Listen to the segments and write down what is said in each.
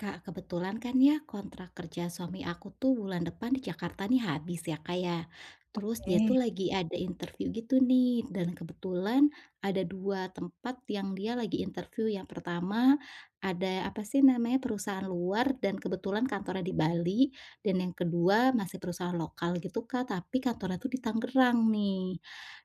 Kak, kebetulan kan ya kontrak kerja suami aku tuh bulan depan di Jakarta nih habis ya Kak ya. Terus dia Oke tuh lagi ada interview gitu nih dan kebetulan ada dua tempat yang dia lagi interview. Yang pertama ada apa sih namanya perusahaan luar dan kebetulan kantornya di Bali dan yang kedua masih perusahaan lokal gitu Kak, tapi kantornya tuh di Tangerang nih.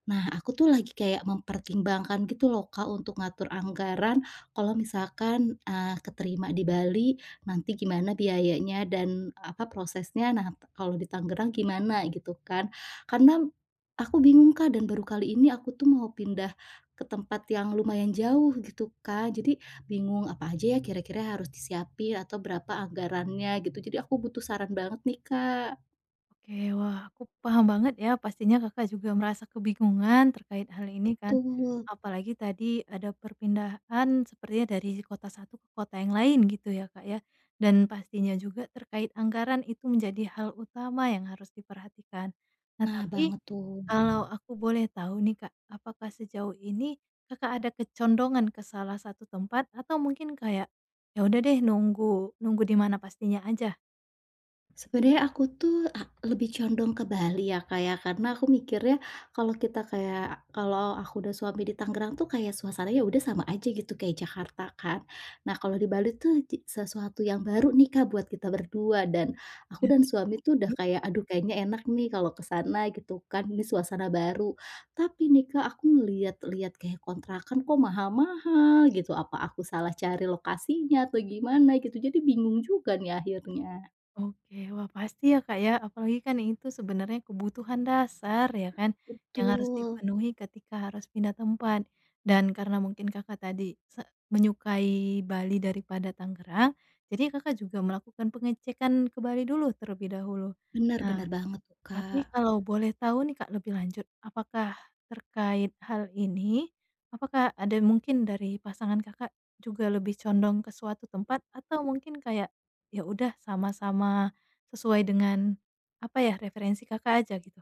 Nah, aku tuh lagi kayak mempertimbangkan gitu loh Kak untuk ngatur anggaran kalau misalkan keterima di Bali nanti gimana biayanya dan apa prosesnya, nah kalau di Tangerang gimana gitu kan. Karena aku bingung Kak dan baru kali ini aku tuh mau pindah ke tempat yang lumayan jauh gitu Kak, jadi bingung apa aja ya kira-kira harus disiapin atau berapa anggarannya gitu, jadi aku butuh saran banget nih Kak. oke, wah aku paham banget ya pastinya Kakak juga merasa kebingungan terkait hal ini kan. Tuh, Apalagi tadi ada perpindahan sepertinya dari kota satu ke kota yang lain gitu ya Kak ya. Dan pastinya juga terkait anggaran itu menjadi hal utama yang harus diperhatikan. Nah nah tapi banget tuh. kalau aku boleh tahu nih Kak, apakah sejauh ini Kakak ada kecondongan ke salah satu tempat atau mungkin kayak, ya udah deh nunggu nunggu di mana pastinya aja? Sebenarnya aku tuh lebih condong ke Bali ya, kayak karena aku mikirnya kalau kita kayak kalau aku dan suami di Tangerang tuh kayak suasananya udah sama aja gitu kayak Jakarta kan. Nah, kalau di Bali tuh sesuatu yang baru nih, Kak, buat kita berdua dan aku dan suami tuh udah kayak, "Aduh kayaknya enak nih kalau ke sana," gitu kan, ini suasana baru. Tapi nih, Kak, aku ngelihat-lihat kayak kontrakan kok mahal-mahal gitu, apa aku salah cari lokasinya atau gimana gitu, jadi bingung juga nih akhirnya. Oke, wah pasti ya Kak ya, apalagi kan itu sebenarnya kebutuhan dasar ya kan, yang harus Betul, dipenuhi ketika harus pindah tempat. Dan karena mungkin Kakak tadi se menyukai Bali daripada Tangerang, jadi Kakak juga melakukan pengecekan ke Bali dulu terlebih dahulu. Nah benar-benar banget tuh, tapi Kak. kalau boleh tahu nih Kak lebih lanjut, apakah terkait hal ini, apakah ada mungkin dari pasangan Kakak juga lebih condong ke suatu tempat atau mungkin kayak, ya udah sama-sama sesuai dengan apa ya, referensi Kakak aja gitu?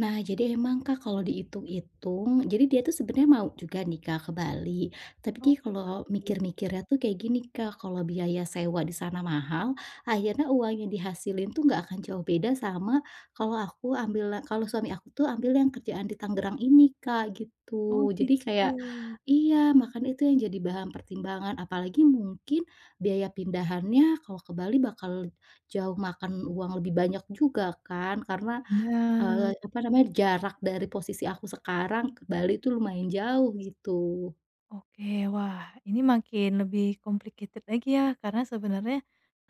Nah, jadi emang Kak kalau dihitung-hitung, jadi dia tuh sebenarnya mau juga nih Kak ke Bali, tapi Oh, dia kalau bagus. mikir-mikirnya tuh kayak gini Kak, kalau biaya sewa di sana mahal, akhirnya uang yang dihasilin tuh nggak akan jauh beda sama kalau suami aku tuh ambil yang kerjaan di Tangerang ini Kak, Oh gitu. Jadi gitu, kayak iya, makanya itu yang jadi bahan pertimbangan, apalagi mungkin biaya pindahannya kalau ke Bali bakal jauh makan uang lebih banyak juga kan, karena benar. apa namanya, jarak dari posisi aku sekarang ke Bali itu lumayan jauh gitu. Oke, wah ini makin lebih complicated lagi ya, karena sebenarnya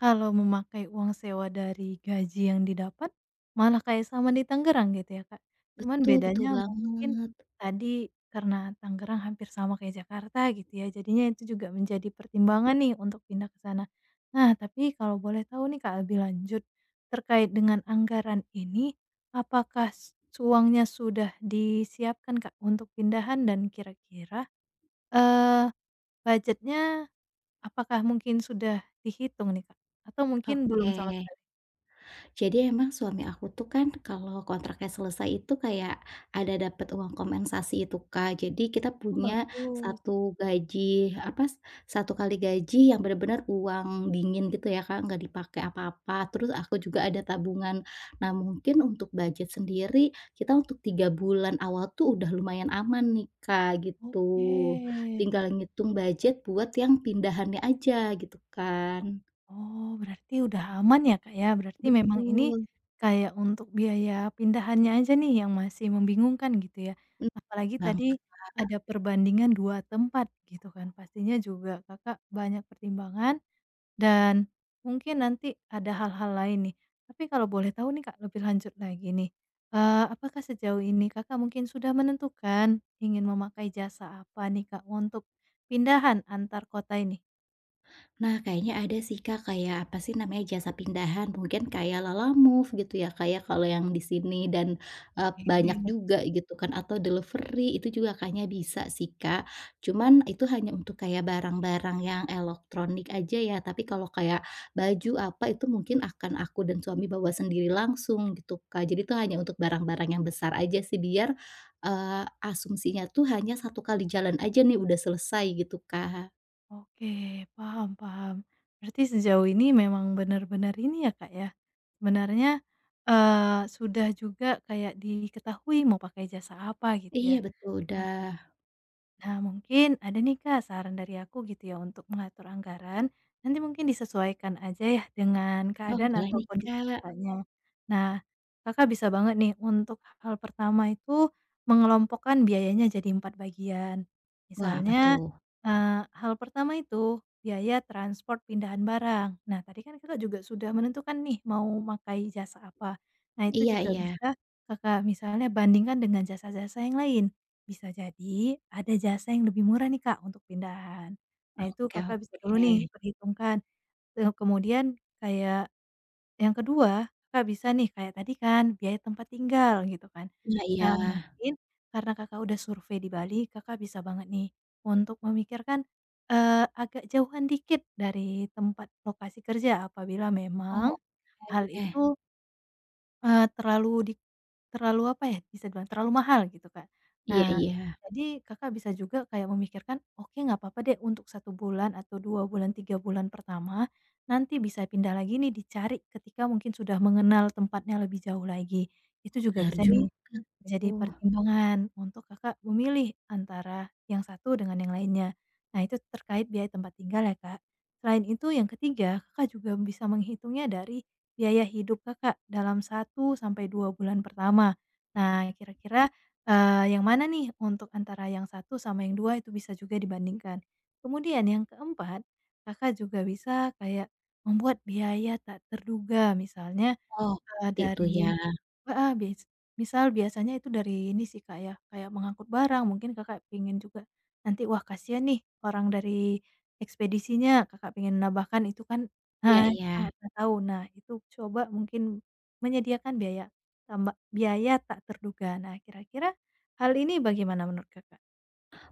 kalau memakai uang sewa dari gaji yang didapat, malah kayak sama di Tangerang gitu ya, Kak. Cuman Betul, betul bedanya mungkin banget. tadi karena Tangerang hampir sama kayak Jakarta gitu ya, jadinya itu juga menjadi pertimbangan nih untuk pindah ke sana. Nah, tapi kalau boleh tahu nih Kak lebih lanjut, terkait dengan anggaran ini, apakah uangnya sudah disiapkan Kak untuk pindahan dan kira-kira Eee, budgetnya apakah mungkin sudah dihitung nih, Kak? Atau mungkin belum Oke. sama sekali? Jadi emang suami aku tuh kan kalau kontraknya selesai itu kayak ada dapat uang kompensasi itu, Kak. Jadi kita Oh, punya bagus. satu gaji, apa, s- satu kali gaji yang benar-benar uang dingin gitu ya, Kak, nggak dipakai apa-apa. Terus aku juga ada tabungan. Nah, mungkin untuk budget sendiri kita untuk 3 bulan awal tuh udah lumayan aman nih, Kak, gitu. Oke. Tinggal ngitung budget buat yang pindahannya aja gitu kan. Oh, berarti udah aman ya, Kak, ya? Berarti memang ini Betul, kayak untuk biaya pindahannya aja nih yang masih membingungkan gitu ya. bener Apalagi banget. tadi ada perbandingan 2 tempat gitu kan, pastinya juga Kakak banyak pertimbangan. Dan mungkin nanti ada hal-hal lain nih, tapi kalau boleh tahu nih, Kak, lebih lanjut lagi nih, apakah sejauh ini Kakak mungkin sudah menentukan ingin memakai jasa apa nih, Kak, untuk pindahan antar kota ini? Nah, kayaknya ada sih, Kak, kayak apa sih namanya, jasa pindahan, mungkin kayak Lalamove gitu ya, kayak kalau yang di sini dan, banyak Oke. juga gitu kan, atau delivery itu juga kayaknya bisa sih, Kak. Cuman itu hanya untuk kayak barang-barang yang elektronik aja ya, tapi kalau kayak baju apa itu mungkin akan aku dan suami bawa sendiri langsung gitu, Kak. Jadi itu hanya untuk barang-barang yang besar aja sih biar, asumsinya tuh hanya satu kali jalan aja nih udah selesai gitu, Kak. Oke, paham paham. Berarti sejauh ini memang benar-benar ini ya, Kak, ya, sebenarnya, sudah juga kayak diketahui mau pakai jasa apa gitu Iya, ya? betul, udah. Nah, mungkin ada nih Kak saran dari aku gitu ya untuk mengatur anggaran, nanti mungkin disesuaikan aja ya dengan Oh, keadaan boleh atau nih, kondisi Kak. Kakaknya. Nah, Kakak bisa banget nih untuk hal pertama itu mengelompokkan biayanya jadi 4 bagian. Wah, apa Misalnya, tuh? Hal pertama itu biaya transport pindahan barang. Nah, tadi kan Kakak juga sudah menentukan nih mau pakai jasa apa. Nah, itu Iya, juga iya. bisa Kakak misalnya bandingkan dengan jasa-jasa yang lain. Bisa jadi ada jasa yang lebih murah nih, Kak, untuk pindahan. Nah, itu Oke, Kakak bisa dulu nih oke. perhitungkan, kemudian kayak yang kedua, Kakak bisa nih kayak tadi kan biaya tempat tinggal gitu kan. Iya, iya. Nah, mungkin karena Kakak udah survei di Bali, Kakak bisa banget nih untuk memikirkan, agak jauhan dikit dari tempat lokasi kerja apabila Oh, memang hal oke. itu Eee, terlalu di terlalu apa ya, bisa dibilang terlalu mahal gitu, Kak. Iya, Nah, iya. jadi Kakak bisa juga kayak memikirkan, "Oke, nggak apa-apa deh untuk satu bulan atau 2 bulan, 3 bulan pertama, nanti bisa pindah lagi nih, dicari ketika mungkin sudah mengenal tempatnya lebih jauh lagi." Itu juga Benar bisa nih, juga jadi tuh. pertimbangan untuk Kakak memilih antara yang satu dengan yang lainnya. Nah, itu terkait biaya tempat tinggal ya, Kak. Selain itu yang ketiga, Kakak juga bisa menghitungnya dari biaya hidup Kakak dalam satu sampai 2 bulan pertama. Nah, kira-kira, yang mana nih untuk antara yang satu sama yang 2 itu bisa juga dibandingkan. Kemudian yang keempat, Kakak juga bisa kayak membuat biaya tak terduga misalnya, Oh, eee, ngerti dari tuh ya. Heeh, bis misal biasanya itu dari ini sih, Kak, ya, kayak mengangkut barang mungkin Kakak pengen juga nanti, wah kasihan nih orang dari ekspedisinya, Kakak pengen nambahkan itu kan Iya, nah, iya. kita nggak pernah tahu. Nah, itu coba mungkin menyediakan biaya tak terduga. Nah, kira-kira hal ini bagaimana menurut Kakak?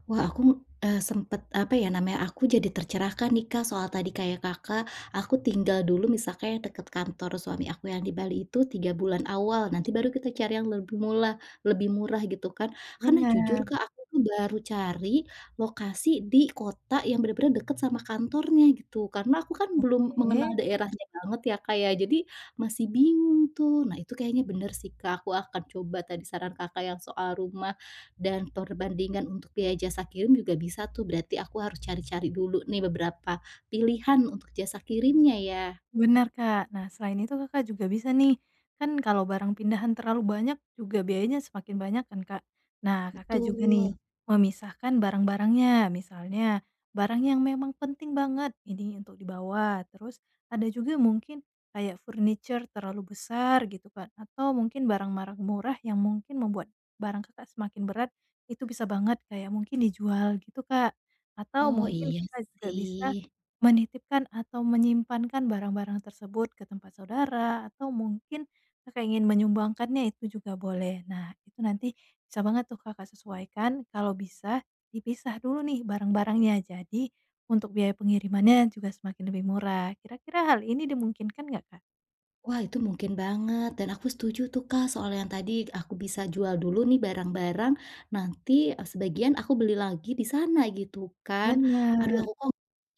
Wah, aku, sempet, apa ya namanya, aku jadi tercerahkan nih, Kak, soal tadi kayak Kakak, aku tinggal dulu misalkan yang deket kantor suami aku yang di Bali itu 3 bulan awal, nanti baru kita cari yang lebih murah gitu kan. Karena jujur, Benar. Kak, aku tuh baru cari lokasi di kota yang bener-bener deket sama kantornya gitu, karena aku kan belum mengenal Oke. daerahnya banget ya, Kak, ya, jadi masih bingung tuh. Nah, itu kayaknya bener sih, Kak, aku akan coba tadi saran Kakak yang soal rumah. Dan perbandingan untuk biaya jasa kirim juga bisa tuh, berarti aku harus cari-cari dulu nih beberapa pilihan untuk jasa kirimnya ya? Benar, Kak. Nah, selain itu Kakak juga bisa nih, kan kalau barang pindahan terlalu banyak juga biayanya semakin banyak kan, Kak. Nah, Kakak Betul. juga nih memisahkan barang-barangnya. Misalnya, barang yang memang penting banget ini untuk dibawa. Terus ada juga mungkin kayak furniture terlalu besar gitu kan, atau mungkin barang-barang murah yang mungkin membuat barang Kakak semakin berat, itu bisa banget kayak mungkin dijual gitu, Kak. Atau Oh, mungkin iya Kakak juga bisa sih. menitipkan atau menyimpankan barang-barang tersebut ke tempat saudara atau mungkin Kakak ingin menyumbangkannya itu juga boleh. Nah, itu nanti bisa banget tuh Kakak sesuaikan kalau bisa dipisah dulu nih barang-barangnya. Jadi untuk biaya pengirimannya juga semakin lebih murah. Kira-kira hal ini dimungkinkan nggak, Kak? Wah, itu mungkin banget dan aku setuju tuh, Kak, soal yang tadi aku bisa jual dulu nih barang-barang, nanti, sebagian aku beli lagi di sana gitu kan. Aduh Bener, aku kok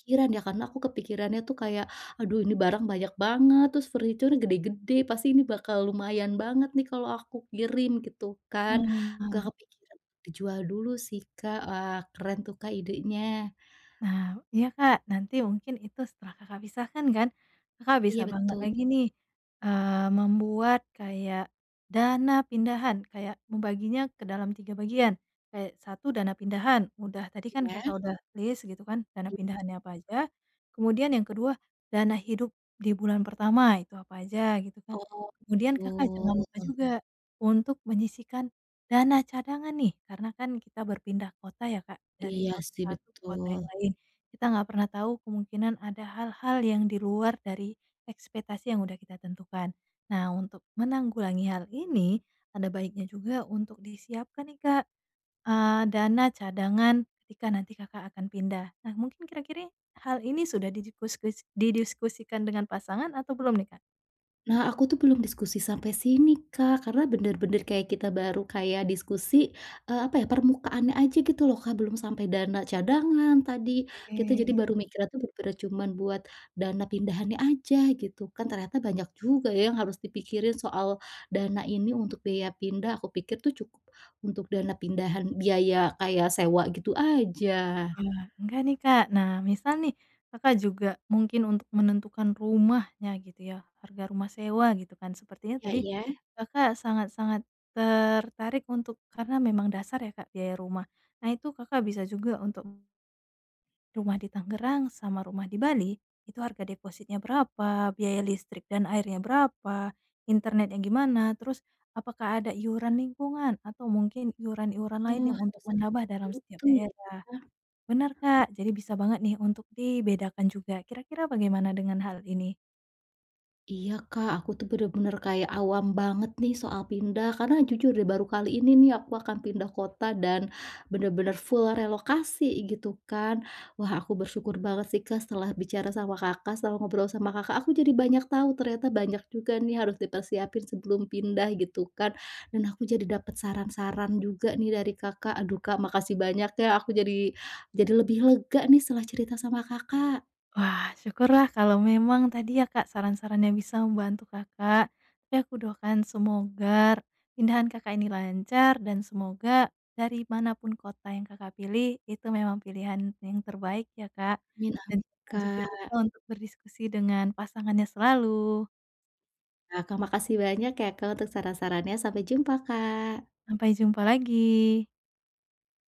kepikiran ya, karena aku kepikirannya tuh kayak, "Aduh ini barang banyak banget, terus furniture gede-gede, pasti ini bakal lumayan banget nih kalau aku kirim," gitu kan. nah. Gak kepikiran dijual dulu sih, Kak. Wah, keren tuh, Kak, idenya. Nah, iya Kak, nanti mungkin itu setelah Kakak pisahkan kan, Kakak bisa Iya banget betul lagi nih, membuat kayak dana pindahan, kayak membaginya ke dalam 3 bagian. Kayak satu dana pindahan, udah tadi kan Kakak ya. udah list gitu kan, dana Iya, pindahannya apa aja. Kemudian yang kedua dana hidup di bulan pertama, itu apa aja gitu kan. oh, Kemudian Kakak jangan lupa betul. juga untuk menyisihkan dana cadangan nih, karena kan kita berpindah kota ya Kak, dari Mhm. Iya kota sih, satu ke kota betul. yang lain. Kita nggak pernah tahu kemungkinan ada hal-hal yang di luar dari ekspektasi yang udah kita tentukan. Nah, untuk menanggulangi hal ini, ada baiknya juga untuk disiapkan nih Kak, dana cadangan ketika nanti Kakak akan pindah. Nah, mungkin kira-kira hal ini sudah didiskusikan dengan pasangan atau belum nih Kak? Nah, aku tuh belum diskusi sampai sini, Kak, karena bener-bener kayak kita baru kayak diskusi, apa ya, permukaannya aja gitu loh, Kak, belum sampai dana cadangan tadi. Kita jadi Oke. baru mikirnya tuh bener-bener cuman buat dana pindahannya aja gitu kan, ternyata banyak juga ya yang harus dipikirin soal dana ini untuk biaya pindah, aku pikir tuh cukup untuk dana pindahan biaya kayak sewa gitu aja. Wah, enggak nih, Kak. Nah, misal nih Kakak juga mungkin untuk menentukan rumahnya gitu ya, harga rumah sewa gitu kan, sepertinya Iya tadi ya. Kakak sangat-sangat tertarik untuk karena memang dasar ya, Kak, biaya rumah. Nah, itu Kakak bisa juga untuk rumah di Tangerang sama rumah di Bali, itu harga depositnya berapa, biaya listrik dan airnya berapa, internetnya gimana, terus apakah ada iuran lingkungan atau mungkin iuran-iuran lain Oh, yang untuk harus menambah dalam sedikit setiap itu ya. daerah. Benar Kak, jadi bisa banget nih untuk dibedakan juga. Kira-kira bagaimana dengan hal ini? Iya, Kak, aku tuh bener-bener kayak awam banget nih soal pindah, karena jujur deh baru kali ini nih aku akan pindah kota dan bener-bener full relokasi gitu kan. Wah, aku bersyukur banget sih, Kak, setelah bicara sama Kakak, setelah ngobrol sama Kakak, aku jadi banyak tahu ternyata banyak juga nih harus dipersiapin sebelum pindah gitu kan. Dan aku jadi dapat saran-saran juga nih dari Kakak. Aduh, Kak, makasih banyak ya. Aku jadi lebih lega nih setelah cerita sama Kakak. Wah, syukurlah kalau memang tadi ya, Kak, saran-sarannya bisa membantu Kakak. Tapi aku doakan semoga pindahan Kakak ini lancar dan semoga dari manapun kota yang Kakak pilih, itu memang pilihan yang terbaik ya, Kak. Amin, Dan amin, jangan juga Kak. lupa untuk berdiskusi dengan pasangannya selalu. Nah, Kak, makasih banyak ya, Kak, untuk saran-sarannya. Sampai jumpa, Kak. Sampai jumpa lagi.